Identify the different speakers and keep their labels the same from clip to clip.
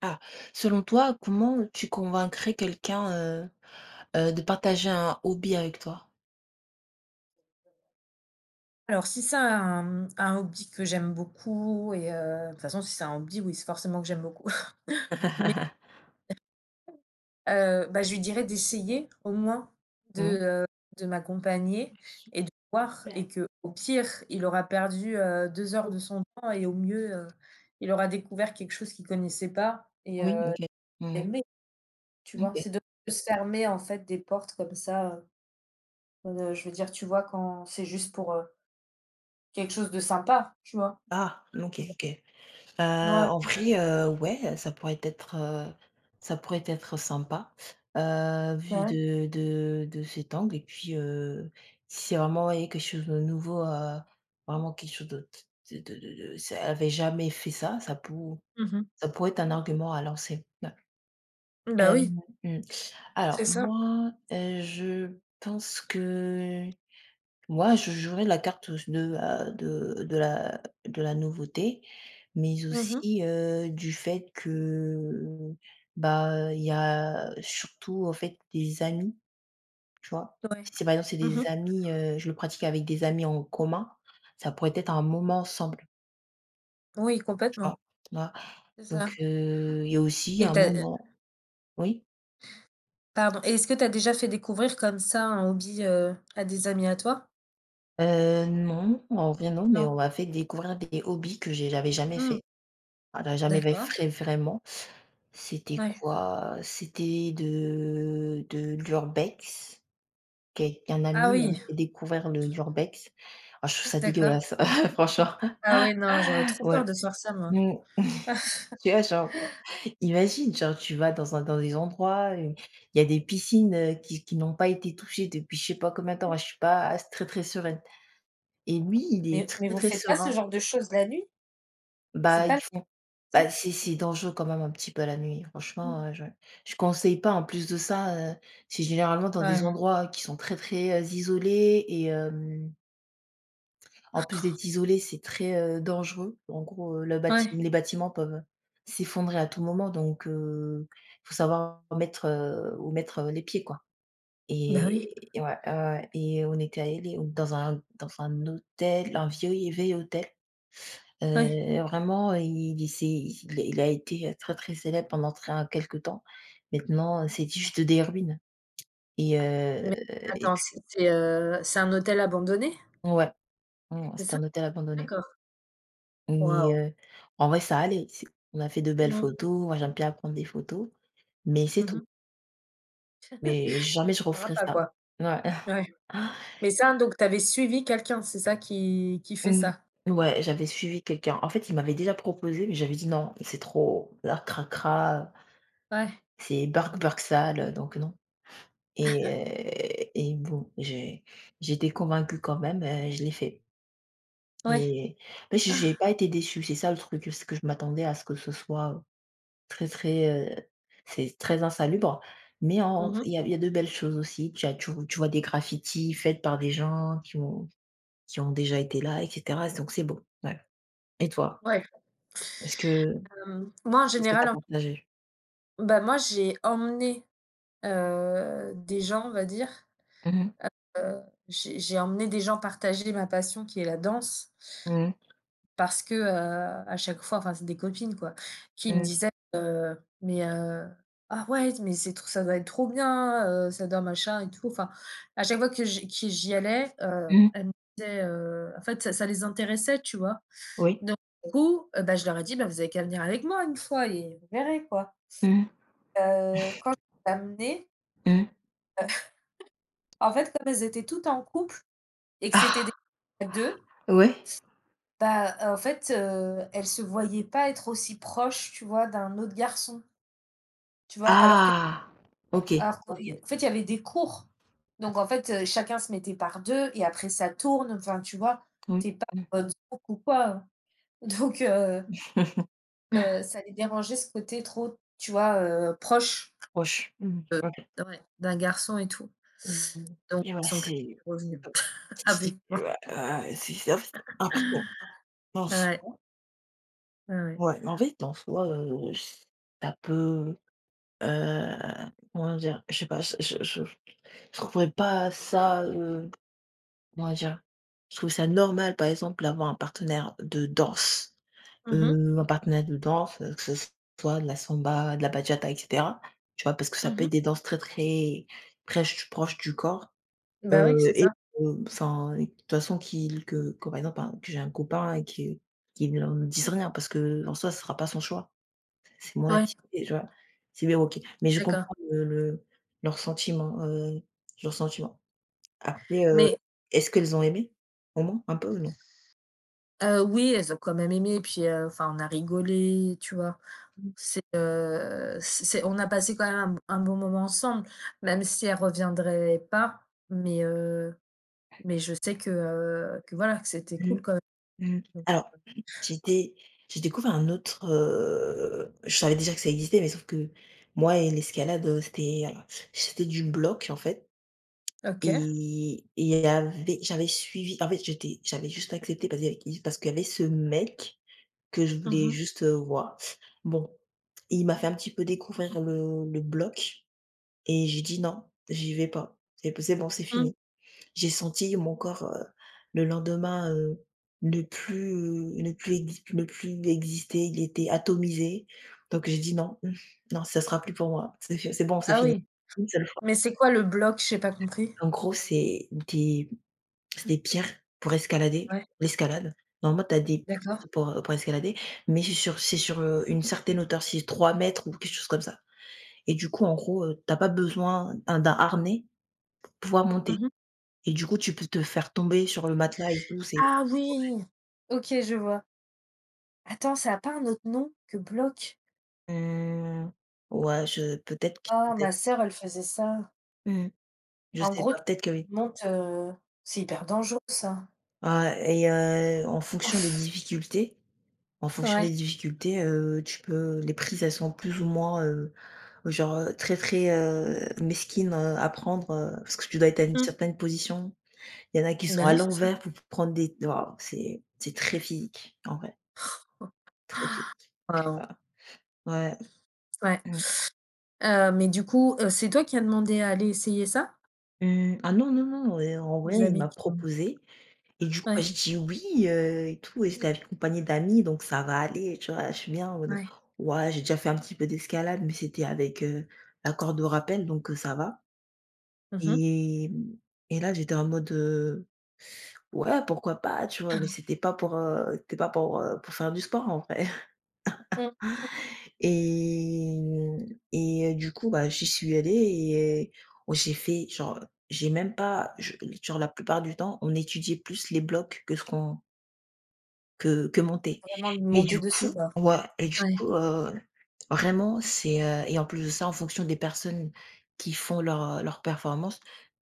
Speaker 1: Ah, selon toi, comment tu convaincrais quelqu'un, heu de partager un hobby avec toi?
Speaker 2: Alors si c'est un hobby que j'aime beaucoup et de toute façon si c'est un hobby, oui, c'est forcément que j'aime beaucoup. Mais je lui dirais d'essayer au moins
Speaker 1: Mmh.
Speaker 2: de, heu, de m'accompagner
Speaker 1: Ouais, super.
Speaker 2: et de voir et que au pire, il aura perdu, 2 heures de son temps et au mieux, il aura découvert quelque chose qu'il connaissait pas et
Speaker 1: Oui, OK. Mmh.
Speaker 2: aimé, tu vois?
Speaker 1: OK.
Speaker 2: C'est de se fermer en fait des portes comme ça, je veux dire, tu vois, quand c'est juste pour, quelque chose de sympa, tu vois?
Speaker 1: Ah, OK, OK.
Speaker 2: Ouais,
Speaker 1: En vrai, ouais, ça pourrait être sympa, vu
Speaker 2: bah, ouais.
Speaker 1: de cet angle et puis, si c'est vraiment, ouais, quelque chose de nouveau, vraiment quelque chose de ça avait jamais fait ça, ça pou
Speaker 2: Mmh.
Speaker 1: ça pourrait être un argument à lancer. Ouais.
Speaker 2: Bah, oui,
Speaker 1: Mmh. Alors
Speaker 2: c'est ça.
Speaker 1: moi, je pense que moi, je jouerais la carte s de, de la nouveauté, mais
Speaker 2: Mmh mh.
Speaker 1: aussi, du fait que, bah, il y a surtout, en fait, des amis, tu vois? Si
Speaker 2: Ouais.
Speaker 1: c'est, par exemple, c'est
Speaker 2: Mmh
Speaker 1: des
Speaker 2: mh.
Speaker 1: amis, je le pratique avec des amis en commun, ça pourrait être un moment ensemble,
Speaker 2: Oui,
Speaker 1: tu
Speaker 2: complètement.
Speaker 1: vois? Tu vois?
Speaker 2: C'est ça
Speaker 1: Donc il y a aussi
Speaker 2: et
Speaker 1: un
Speaker 2: tu as,
Speaker 1: moment, oui?
Speaker 2: pardon, et est-ce que tu as déjà fait découvrir comme ça un hobby, à des amis à toi?
Speaker 1: Non, en vrai non, mais on
Speaker 2: Non?
Speaker 1: m'a fait découvrir des hobbies que j'avais jamais
Speaker 2: Mmh,
Speaker 1: fait. Voilà, jamais va
Speaker 2: d'accord.
Speaker 1: fait vraiment. C'était
Speaker 2: Ouais.
Speaker 1: quoi? C'était de l'urbex. Quel Un
Speaker 2: Ah
Speaker 1: ami
Speaker 2: oui,
Speaker 1: m'avait fait découvrir le l'urbex. Ah, je trouve ça
Speaker 2: d'accord.
Speaker 1: dégueulasse, franchement,
Speaker 2: Ah ouais, non, j'aurais trop
Speaker 1: ouais.
Speaker 2: peur de faire ça moi.
Speaker 1: Mmh. Tu vois, genre, imagine, genre, tu vas dans des endroits, il y a des piscines, qui n'ont pas été touchées depuis je sais pas combien de temps. Moi, je suis pas s très, très sereine et lui, il est
Speaker 2: Mais
Speaker 1: très,
Speaker 2: vous
Speaker 1: très
Speaker 2: faites pas ce
Speaker 1: serein.
Speaker 2: genre de choses la nuit? C'est
Speaker 1: Bah,
Speaker 2: pas
Speaker 1: ils font... Bah,
Speaker 2: ça?
Speaker 1: c'est dangereux quand même un petit peu la nuit.
Speaker 2: Mmh.
Speaker 1: Franchement, je conseille pas. En plus de ça, c'est généralement dans
Speaker 2: Ouais,
Speaker 1: des endroits qui sont très, très, isolés et en plus d'être isolé, c'est très, dangereux. En gros, le bati
Speaker 2: ouais.
Speaker 1: les bâtiments peuvent s'effondrer à tout moment donc faut savoir mettre, où mettre, les pieds, quoi.
Speaker 2: Bah, oui,
Speaker 1: Et ouais, ouais, ouais, et on était allés on dans un hôtel, un vieux et vieil hôtel.
Speaker 2: oui.
Speaker 1: Vraiment, il a été très, très célèbre pendant très quelque temps. Maintenant, c'est juste des ruines et heu
Speaker 2: Mais
Speaker 1: et
Speaker 2: attends,
Speaker 1: puis,
Speaker 2: c'est un hôtel abandonné?
Speaker 1: ouais, mmh,
Speaker 2: C'est
Speaker 1: c'était
Speaker 2: ça?
Speaker 1: un hôtel abandonné.
Speaker 2: D'accord.
Speaker 1: Mais
Speaker 2: Waouh.
Speaker 1: en vrai, ça allait. C'est On a fait de belles
Speaker 2: Mmh mh.
Speaker 1: photos. Moi, j'aime bien prendre des photos, mais c'est
Speaker 2: Mmh
Speaker 1: tout.
Speaker 2: mh.
Speaker 1: Mais jamais je
Speaker 2: On me
Speaker 1: referais
Speaker 2: rappelle
Speaker 1: ça.
Speaker 2: quoi.
Speaker 1: Ouais.
Speaker 2: Ouais. Mais ça, donc tu avais suivi quelqu'un, c'est ça qui fait
Speaker 1: Mmh.
Speaker 2: ça?
Speaker 1: Ouais, j'avais suivi quelqu'un. En fait, il m'avait déjà proposé, mais j'avais dit: «Non, c'est trop, là, cracra,
Speaker 2: Ouais,
Speaker 1: c'est burk-burk sale, donc non». Et bon, j'étais convaincue quand même, je l'ai fait
Speaker 2: ouais.
Speaker 1: et mais je j'ai pas été déçue, c'est ça le truc, c'est que je m'attendais à ce que ce soit très, très, heu, c'est très insalubre, mais en
Speaker 2: Mmh mh.
Speaker 1: il y a de belles choses aussi. Tu vois des graffitis faits par des gens qui ont déjà été là et cetera, donc c'est beau, ouais. Et toi?
Speaker 2: Ouais,
Speaker 1: Est-ce que
Speaker 2: hem, moi en
Speaker 1: Qu'est-ce que tu
Speaker 2: général,
Speaker 1: as
Speaker 2: en
Speaker 1: partagé?
Speaker 2: bah, moi j'ai emmené, des gens, on va dire,
Speaker 1: Mmh mh.
Speaker 2: heu, j'ai emmené des gens partager ma passion qui est la danse
Speaker 1: Mmh.
Speaker 2: parce que, à chaque fois, enfin c'est des copines quoi, qui me
Speaker 1: Mmh.
Speaker 2: disaient, heu: «Mais, ah ouais, mais c'est trop ça doit être trop bien, ça doit machin et tout». Enfin, à chaque fois que j'y allais,
Speaker 1: Mmh.
Speaker 2: elles me disaient, en fait ça les intéressait, tu vois?
Speaker 1: Oui.
Speaker 2: Donc du coup, bah, je leur ai dit: «Bah, vous avez qu'à venir avec moi une fois et vous verrez quoi».
Speaker 1: Mmh.
Speaker 2: Quand je les ai amenées,
Speaker 1: Mmh.
Speaker 2: en fait, comme elles étaient toutes en couple et que c'était des
Speaker 1: Ah!
Speaker 2: à 2,
Speaker 1: Ouais?
Speaker 2: bah, en fait, elles se voyaient pas être aussi proches, tu vois, d'un autre garçon, tu vois? Alors que
Speaker 1: Ah! OK.
Speaker 2: alors que il y a en fait, il y avait des cours. Donc en fait, chacun se mettait par 2 et après ça tourne, enfin, tu vois?
Speaker 1: Oui.
Speaker 2: Tu es pas en mode souk ou quoi, hein. Donc ça les dérangeait ce côté trop, tu vois, proche.
Speaker 1: Proche. Mmh.
Speaker 2: Heu,
Speaker 1: OK.
Speaker 2: ouais, d'un garçon et tout.
Speaker 1: Mmh.
Speaker 2: Donc
Speaker 1: Et ouais,
Speaker 2: ils sont plus
Speaker 1: c'est
Speaker 2: revenus avec
Speaker 1: si,
Speaker 2: moi.
Speaker 1: ouais, ouais, c'est en fait après en
Speaker 2: Ouais,
Speaker 1: soi,
Speaker 2: ouais, ouais.
Speaker 1: ouais, mais en fait, en soi, j ça peut, heu, comment dire? Je sais pas, je trouverais pas ça, comment dire? Je trouve ça normal, par exemple, d'avoir un partenaire de danse.
Speaker 2: Mmh mh.
Speaker 1: Un partenaire de danse, que ce soit de la samba, de la bachata et cetera, tu vois? Parce que ça
Speaker 2: Mmh
Speaker 1: peut être
Speaker 2: mh.
Speaker 1: des danses très, très prèche proches du corps,
Speaker 2: Bah, oui, c'est
Speaker 1: et
Speaker 2: ça.
Speaker 1: enfin, et de toute façon qu'il que par exemple, un que j'ai un copain qui ne me dise rien parce que en soi, ce sera pas son choix. C'est mon
Speaker 2: Ouais,
Speaker 1: activité, tu vois? C'est bien, OK. Mais je
Speaker 2: d'accord.
Speaker 1: comprends leur sentiment, heu, leur sentiment. Après,
Speaker 2: Mais,
Speaker 1: est-ce qu'elles ont aimé, au moins, un peu ou non?
Speaker 2: oui, elles ont quand même aimé puis, enfin on a rigolé, tu vois? C'est, c'est on a passé quand même un bon moment ensemble, même si elles reviendraient pas, mais, heu, mais je sais que voilà, que c'était cool quand
Speaker 1: Mmh.
Speaker 2: même.
Speaker 1: Alors, j'étais j'ai découvert un autre, je savais déjà que ça existait, mais sauf que moi et l'escalade, c'était du bloc, en fait.
Speaker 2: OK.
Speaker 1: Il y avait j'avais suivi en fait, j'avais juste accepté parce qu'il y avait ce mec que je
Speaker 2: Mmh
Speaker 1: voulais
Speaker 2: mh.
Speaker 1: juste, voir. Bon, il m'a fait un petit peu découvrir le bloc et j'ai dit: «Non, j'y vais pas. C'est bon, c'est fini».
Speaker 2: Mmh.
Speaker 1: J'ai senti mon corps, le lendemain, ne plus exister, il était atomisé. Donc j'ai dit: «Non, mmh, non, ça sera plus pour moi. C'est bon, c'est
Speaker 2: Ah
Speaker 1: fini».
Speaker 2: oui.
Speaker 1: Une seule fois.
Speaker 2: Mais c'est quoi le bloc? J'ai pas compris.
Speaker 1: En gros, c'est des pierres pour escalader,
Speaker 2: Ouais,
Speaker 1: l'escalade. Normalement, tu as des
Speaker 2: d'accord.
Speaker 1: prises pour escalader, mais c'est sur, une certaine hauteur, si c'est 3 mètres ou quelque chose comme ça. Et du coup, en gros, tu pas besoin, hein, d'un harnais pour pouvoir monter.
Speaker 2: Mmh mh.
Speaker 1: Et du coup, tu peux te faire tomber sur le matelas et tout, c'est
Speaker 2: Ah oui! OK, je vois. Attends, ça a pas un autre nom que bloc?
Speaker 1: Mmh. Ouais, je... peut-être que
Speaker 2: Ah,
Speaker 1: peut-être.
Speaker 2: ma sœur, elle faisait ça.
Speaker 1: Mmh. Je
Speaker 2: En
Speaker 1: sais
Speaker 2: gros,
Speaker 1: pas, peut-être que
Speaker 2: tu
Speaker 1: oui.
Speaker 2: montes, c'est hyper dangereux ça.
Speaker 1: Ah, en fonction
Speaker 2: Ouais.
Speaker 1: des difficultés, tu peux les prises, elles sont plus ou moins, genre, très, très, mesquines, à prendre, parce que tu dois être à une
Speaker 2: Mmh.
Speaker 1: certaine position. Il y en a qui sont
Speaker 2: Bah
Speaker 1: à
Speaker 2: oui, c'est ça.
Speaker 1: l'envers pour prendre des... waouh, c'est très physique, en vrai, très physique.
Speaker 2: Waouh!
Speaker 1: Ah, ouais.
Speaker 2: Ouais.
Speaker 1: Mmh.
Speaker 2: Mais du coup, c'est toi qui as demandé à aller essayer ça?
Speaker 1: Mmh. Ah, non, non, non, en vrai,
Speaker 2: Les
Speaker 1: il
Speaker 2: amis
Speaker 1: m'a
Speaker 2: qui t'ont
Speaker 1: proposé. Et du coup, bah,
Speaker 2: ouais,
Speaker 1: j'ai dit: «Oui», et tout, et j'étais accompagnée d'amis donc ça va aller, tu vois? Je suis bien, on est
Speaker 2: ouais.
Speaker 1: ouais, j'ai déjà fait un petit peu d'escalade mais c'était avec, la corde de rappel donc ça va.
Speaker 2: Mmh mh.
Speaker 1: et mmh et là, j'étais en mode, «Ouais, pourquoi pas?» tu vois? Mais c'était pas pour, pour faire du sport en vrai.
Speaker 2: Mmh,
Speaker 1: Du coup, bah, j'y suis allée et oh, j'ai fait genre, j'ai même pas je genre la plupart du temps, on étudiait plus les blocs que ce qu'on... que monter.
Speaker 2: vraiment lui monter dessus, quoi.
Speaker 1: Ouais.
Speaker 2: Ouais.
Speaker 1: Vraiment, c'est, et en plus de ça, en fonction des personnes qui font leur, leur performance,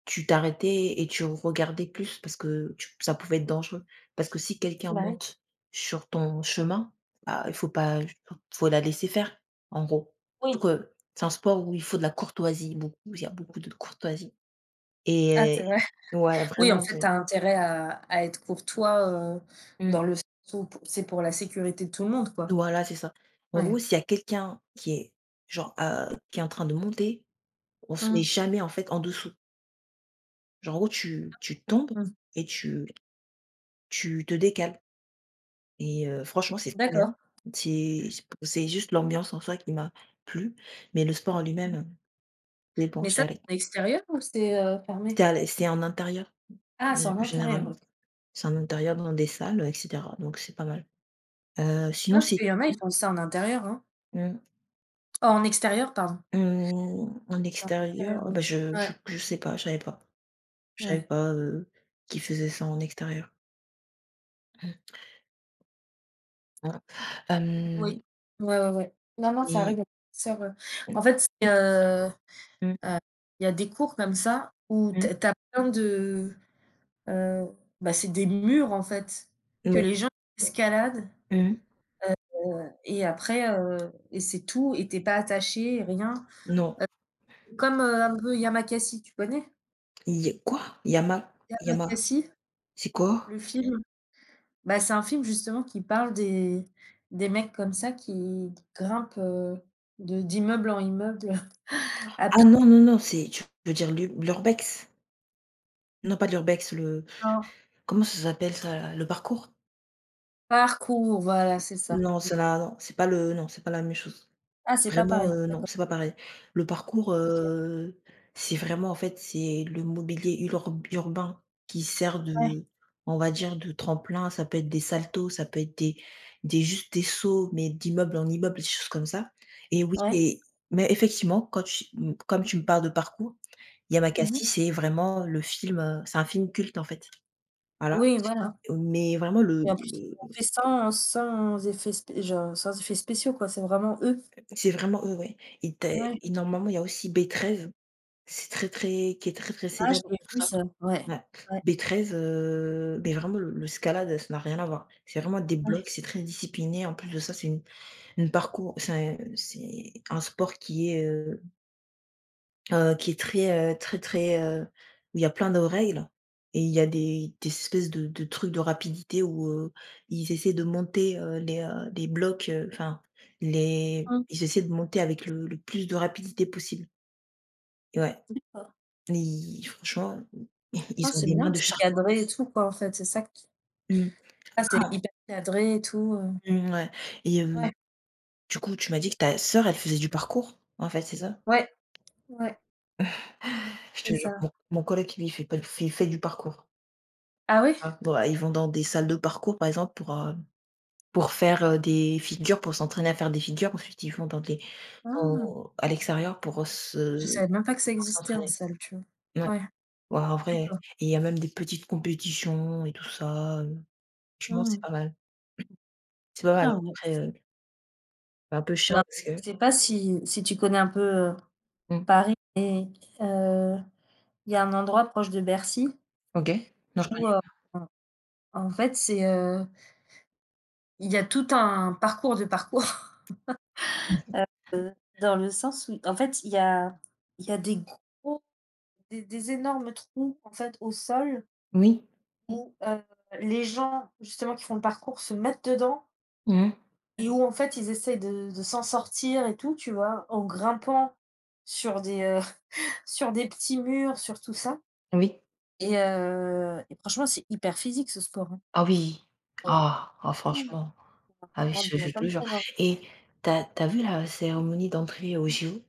Speaker 1: tu t'arrêtais et tu regardais plus parce que tu ça pouvait être dangereux. Parce que si quelqu'un
Speaker 2: Bah oui.
Speaker 1: monte sur ton chemin, bah, il faut pas faut la laisser faire, en gros. Donc,
Speaker 2: Oui.
Speaker 1: c'est un sport où il faut de la courtoisie, beaucoup, il y a beaucoup de courtoisie.
Speaker 2: Ah,
Speaker 1: et
Speaker 2: c'est vrai.
Speaker 1: ouais,
Speaker 2: Oui, en
Speaker 1: vraiment
Speaker 2: fait,
Speaker 1: c'est
Speaker 2: tu as intérêt à être courtois, heu,
Speaker 1: mmh.
Speaker 2: dans le sens où p c'est pour la sécurité de tout le monde, quoi.
Speaker 1: Voilà, c'est ça. En gros,
Speaker 2: Ouais.
Speaker 1: s'il y a quelqu'un qui est en train de monter, on se met
Speaker 2: Mmh,
Speaker 1: jamais, en fait, en dessous. Genre, en gros, tu tombes
Speaker 2: mmh.
Speaker 1: et tu te décales franchement, c'est trop bien.
Speaker 2: D'accord.
Speaker 1: C'est juste l'ambiance en soi qui m'a plu, mais le sport en
Speaker 2: Mmh.
Speaker 1: lui-même, c'est bon,
Speaker 2: Mais ça,
Speaker 1: j'allais.
Speaker 2: c'est en extérieur ou c'est,
Speaker 1: C'était
Speaker 2: fermé?
Speaker 1: à l C'est en intérieur,
Speaker 2: Ah, c'est
Speaker 1: g
Speaker 2: en intérieur,
Speaker 1: généralement.
Speaker 2: OK.
Speaker 1: C'est en intérieur dans des salles, et cetera, donc c'est pas mal.
Speaker 2: Non,
Speaker 1: Sinon,
Speaker 2: parce
Speaker 1: c'est
Speaker 2: qu'il y en a, ils
Speaker 1: tout.
Speaker 2: font ça en intérieur, hein.
Speaker 1: Mmh.
Speaker 2: Oh, en extérieur, pardon.
Speaker 1: Mmh, en
Speaker 2: En
Speaker 1: extérieur,
Speaker 2: extérieur,
Speaker 1: oh bah,
Speaker 2: oui.
Speaker 1: je
Speaker 2: Ouais,
Speaker 1: je je sais pas, je savais pas. Je savais
Speaker 2: ouais.
Speaker 1: pas, qu'ils faisaient ça en extérieur. Mmh. Non. Hem,
Speaker 2: Oui. Ouais, ouais, ouais. Non, non, ça
Speaker 1: Et,
Speaker 2: arrive à ma sœur,
Speaker 1: mmh,
Speaker 2: en fait, c'est,
Speaker 1: mmh,
Speaker 2: heu, il y a des cours comme ça où tu
Speaker 1: mmh.
Speaker 2: as tu as plein de, heu, bah, c'est des murs, en fait, que
Speaker 1: Ouais.
Speaker 2: les gens escaladent,
Speaker 1: Mmh.
Speaker 2: et après, et c'est tout et tu es pas attaché, rien.
Speaker 1: Non.
Speaker 2: Comme, un peu Yamakasi, tu connais?
Speaker 1: Il y a quoi? Yama... Yama
Speaker 2: Yamakasi,
Speaker 1: c'est quoi?
Speaker 2: le film? Bah, c'est un film justement qui parle des mecs comme ça qui grimpent, de d'immeuble en immeuble à
Speaker 1: Ah, non,
Speaker 2: pied
Speaker 1: non, non, c'est tu veux dire l'urbex? Non, pas de l'urbex, le
Speaker 2: par
Speaker 1: comment ça s'appelle ça là? Le parcours?
Speaker 2: parcours, voilà, c'est ça.
Speaker 1: Non, ça là, non, c'est pas le non, c'est pas la même chose.
Speaker 2: Ah, c'est pas
Speaker 1: Vraiment,
Speaker 2: pareil,
Speaker 1: non,
Speaker 2: d'accord,
Speaker 1: c'est pas pareil. Le parcours,
Speaker 2: OK.
Speaker 1: c'est vraiment en fait, c'est le mobilier ulor urbain qui sert
Speaker 2: Ouais,
Speaker 1: de, on va dire, de tremplin. Ça peut être des saltos, ça peut être des juste des sauts, mais d'immeuble en immeuble, des choses comme ça. et oui
Speaker 2: ouais.
Speaker 1: et mais effectivement, quand tu m comme tu me parles de parcours,
Speaker 2: Mmh mh.
Speaker 1: Yamakasi, c'est vraiment le film, c'est un film culte en fait. Voilà,
Speaker 2: Oui, voilà
Speaker 1: mais vraiment
Speaker 2: et en plus, ils
Speaker 1: le
Speaker 2: l'ont fait sans sans effets spé genre, sans effets spéciaux, quoi, c'est vraiment eux.
Speaker 1: c'est vraiment eux, ouais. Et tu as
Speaker 2: Ouais.
Speaker 1: et normalement, il y a aussi B13. C'est très, très qui est très, très
Speaker 2: Ah, je
Speaker 1: célèbre
Speaker 2: l'ai
Speaker 1: pour
Speaker 2: vu
Speaker 1: ça.
Speaker 2: ça, ouais.
Speaker 1: Ouais.
Speaker 2: Ouais,
Speaker 1: B13, mais vraiment le Scalade, ça n'a rien à voir. C'est vraiment des
Speaker 2: ouais.
Speaker 1: blocs, c'est très discipliné. En plus de ça, c'est une parcours c'est un sport qui est très, très, très, où il y a plein de règles et il y a des espèces de trucs de rapidité où, ils essaient de monter, les blocs, enfin, les
Speaker 2: Mmh.
Speaker 1: ils essaient de monter avec le plus de rapidité possible. Ouais,
Speaker 2: D'accord.
Speaker 1: ils franchement ils
Speaker 2: Ah,
Speaker 1: ont
Speaker 2: c'est
Speaker 1: des mains
Speaker 2: bien,
Speaker 1: de
Speaker 2: c'est
Speaker 1: charpent.
Speaker 2: cadré et tout, quoi, en fait, c'est ça qui.
Speaker 1: Mmh.
Speaker 2: Ah, c'est
Speaker 1: Ah,
Speaker 2: hyper cadré et tout,
Speaker 1: mmh, ouais. et hem,
Speaker 2: Ouais,
Speaker 1: du coup, tu m'as dit que ta sœur, elle faisait du parcours, en fait, c'est ça?
Speaker 2: ouais, ouais,
Speaker 1: Je te
Speaker 2: c'est
Speaker 1: jure,
Speaker 2: ça.
Speaker 1: mon coloc, lui, il fait pas d il fait du parcours.
Speaker 2: Ah ouais?
Speaker 1: Ah, ouais, ils vont dans des salles de parcours, par exemple, pour faire, des figures, pour s'entraîner à faire des figures. Ensuite, ils vont dans des
Speaker 2: Ah!
Speaker 1: en à l'extérieur
Speaker 2: Je savais même pas que ça
Speaker 1: pour
Speaker 2: existait en
Speaker 1: s'entraîner.
Speaker 2: salle, tu vois?
Speaker 1: Ouais,
Speaker 2: Ouais,
Speaker 1: ouais, en vrai,
Speaker 2: d'accord.
Speaker 1: et il y a même des petites compétitions et tout ça. Franchement, c'est
Speaker 2: Mmh.
Speaker 1: pas mal. C'est pas mal.
Speaker 2: Ah ouais.
Speaker 1: Après, c'est un peu chiant
Speaker 2: Non,
Speaker 1: parce
Speaker 2: je
Speaker 1: que...
Speaker 2: sais pas si tu connais un peu, heu,
Speaker 1: mmh,
Speaker 2: Paris, mais, heu, il y a un endroit proche de Bercy
Speaker 1: OK. Non, je connais.
Speaker 2: où, en en fait, c'est, il y a tout un parcours de parcours,
Speaker 1: Mmh.
Speaker 2: heu, dans le sens où, en fait, il y a des gros des énormes trous, en fait, au sol,
Speaker 1: Oui.
Speaker 2: où, les gens justement qui font le parcours se mettent dedans
Speaker 1: Mmh.
Speaker 2: et où en fait ils essayent de s'en sortir et tout, tu vois? En grimpant sur des, sur des petits murs, sur tout ça
Speaker 1: Oui.
Speaker 2: et franchement c'est hyper physique ce sport, hein.
Speaker 1: Ah, oui.
Speaker 2: Oh.
Speaker 1: Ah! Ah,
Speaker 2: Oh,
Speaker 1: franchement. Ah, oui,
Speaker 2: on
Speaker 1: je
Speaker 2: pourrait pas
Speaker 1: te
Speaker 2: me
Speaker 1: jure.
Speaker 2: convaincre.
Speaker 1: Et t'as vu la cérémonie d'entrée aux JO?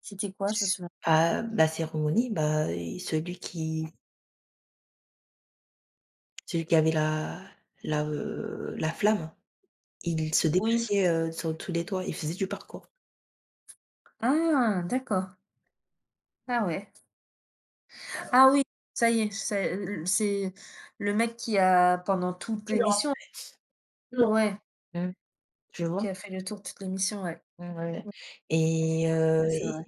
Speaker 2: C'était quoi? Je me souviens.
Speaker 1: Bah, la cérémonie, bah, et celui qui avait la flamme, il se
Speaker 2: Oui.
Speaker 1: déplaçait, sur tous les toits, il faisait du parcours.
Speaker 2: Ah d'accord. Ah ouais. Ah oui, ça y est, c'est le mec qui a pendant toute
Speaker 1: Tu le rends...
Speaker 2: l'émission
Speaker 1: non.
Speaker 2: ouais,
Speaker 1: Mmh. Tu vois?
Speaker 2: qui a fait le tour de toute l'émission, ouais.
Speaker 1: Mmh, ouais.
Speaker 2: Mmh, ça c'est
Speaker 1: Il
Speaker 2: vrai.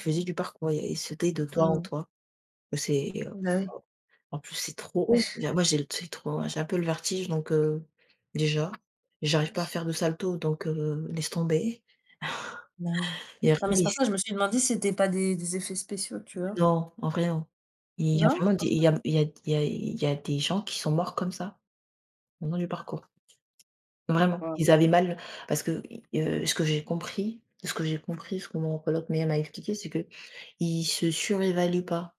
Speaker 1: faisait du parcours, il sautait de toit en
Speaker 2: Mmh.
Speaker 1: toit. C'est
Speaker 2: Bah oui.
Speaker 1: En plus, c'est trop haut. Déjà, moi, j'ai un peu le vertige donc déjà, j'arrive pas à faire de salto donc laisse tomber.
Speaker 2: Bah oui.
Speaker 1: Il y a
Speaker 2: Non,
Speaker 1: vraiment
Speaker 2: mais c'est pour
Speaker 1: ici
Speaker 2: ça que je me suis demandé si c'était pas des effets spéciaux, tu vois?
Speaker 1: Non, en vrai non.
Speaker 2: Non? Tu penses
Speaker 1: Il
Speaker 2: pas?
Speaker 1: y a il y a il y a il y a des gens qui sont morts comme ça, le long du parcours. Vraiment,
Speaker 2: Waouh.
Speaker 1: ils avaient mal parce que, i ce que j'ai compris ce que j'ai compris, ce que mon coloc m'a expliqué, c'est que ils se surévaluent pas.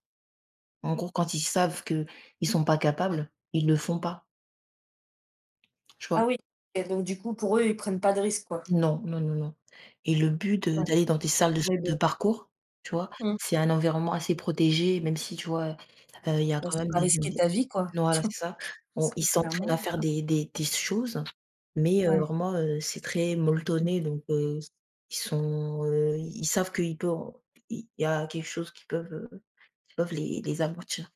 Speaker 1: En gros, quand ils savent que ils sont pas capables, ils le font pas, tu vois?
Speaker 2: Ah oui, et donc du coup, pour eux, ils prennent pas de risques, quoi?
Speaker 1: Non, non, non, non, et le but de
Speaker 2: Ouais,
Speaker 1: d'aller dans des salles de
Speaker 2: mais
Speaker 1: de
Speaker 2: bon,
Speaker 1: parcours, tu vois?
Speaker 2: mmh,
Speaker 1: C'est un environnement assez protégé, même si, tu vois, il y a
Speaker 2: bah,
Speaker 1: quand
Speaker 2: c'est
Speaker 1: même
Speaker 2: pas
Speaker 1: des...
Speaker 2: risquer
Speaker 1: des...
Speaker 2: ta vie, quoi.
Speaker 1: Non, voilà, c'est ça. On
Speaker 2: Parce
Speaker 1: Ils
Speaker 2: que
Speaker 1: s'entraînent
Speaker 2: clairement,
Speaker 1: à faire des choses, mais
Speaker 2: ouais.
Speaker 1: vraiment, c'est très molletonné donc ils sont, ils savent qu'ils peuvent il y a quelque chose qui peuvent les abrutir.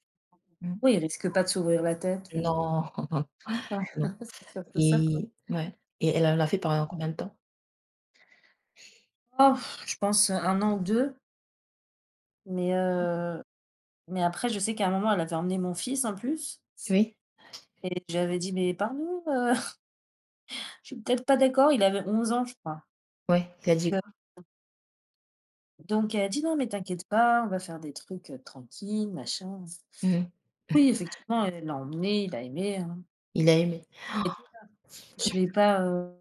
Speaker 1: Mmh.
Speaker 2: Oui, ils risquent pas de s'ouvrir la tête ou
Speaker 1: Non,
Speaker 2: ouais,
Speaker 1: non.
Speaker 2: c'est surtout ça, quoi.
Speaker 1: Et ouais, et elle l'a fait pendant combien de temps?
Speaker 2: Oh, je pense un an ou 2. Mais mais après, je sais qu'à un moment, elle avait emmené mon fils en plus
Speaker 1: Oui?
Speaker 2: et j'avais dit: «Mais pardon, je suis peut-être pas d'accord». Il avait 11 ans, je crois.
Speaker 1: Ouais, tu a dit quoi?
Speaker 2: Donc elle a dit: «Non mais t'inquiète pas, on va faire des trucs, tranquilles, machin».
Speaker 1: Mmh,
Speaker 2: Oui, effectivement, elle l'a emmené, il a aimé, hein.
Speaker 1: il a aimé.
Speaker 2: Et je vais pas,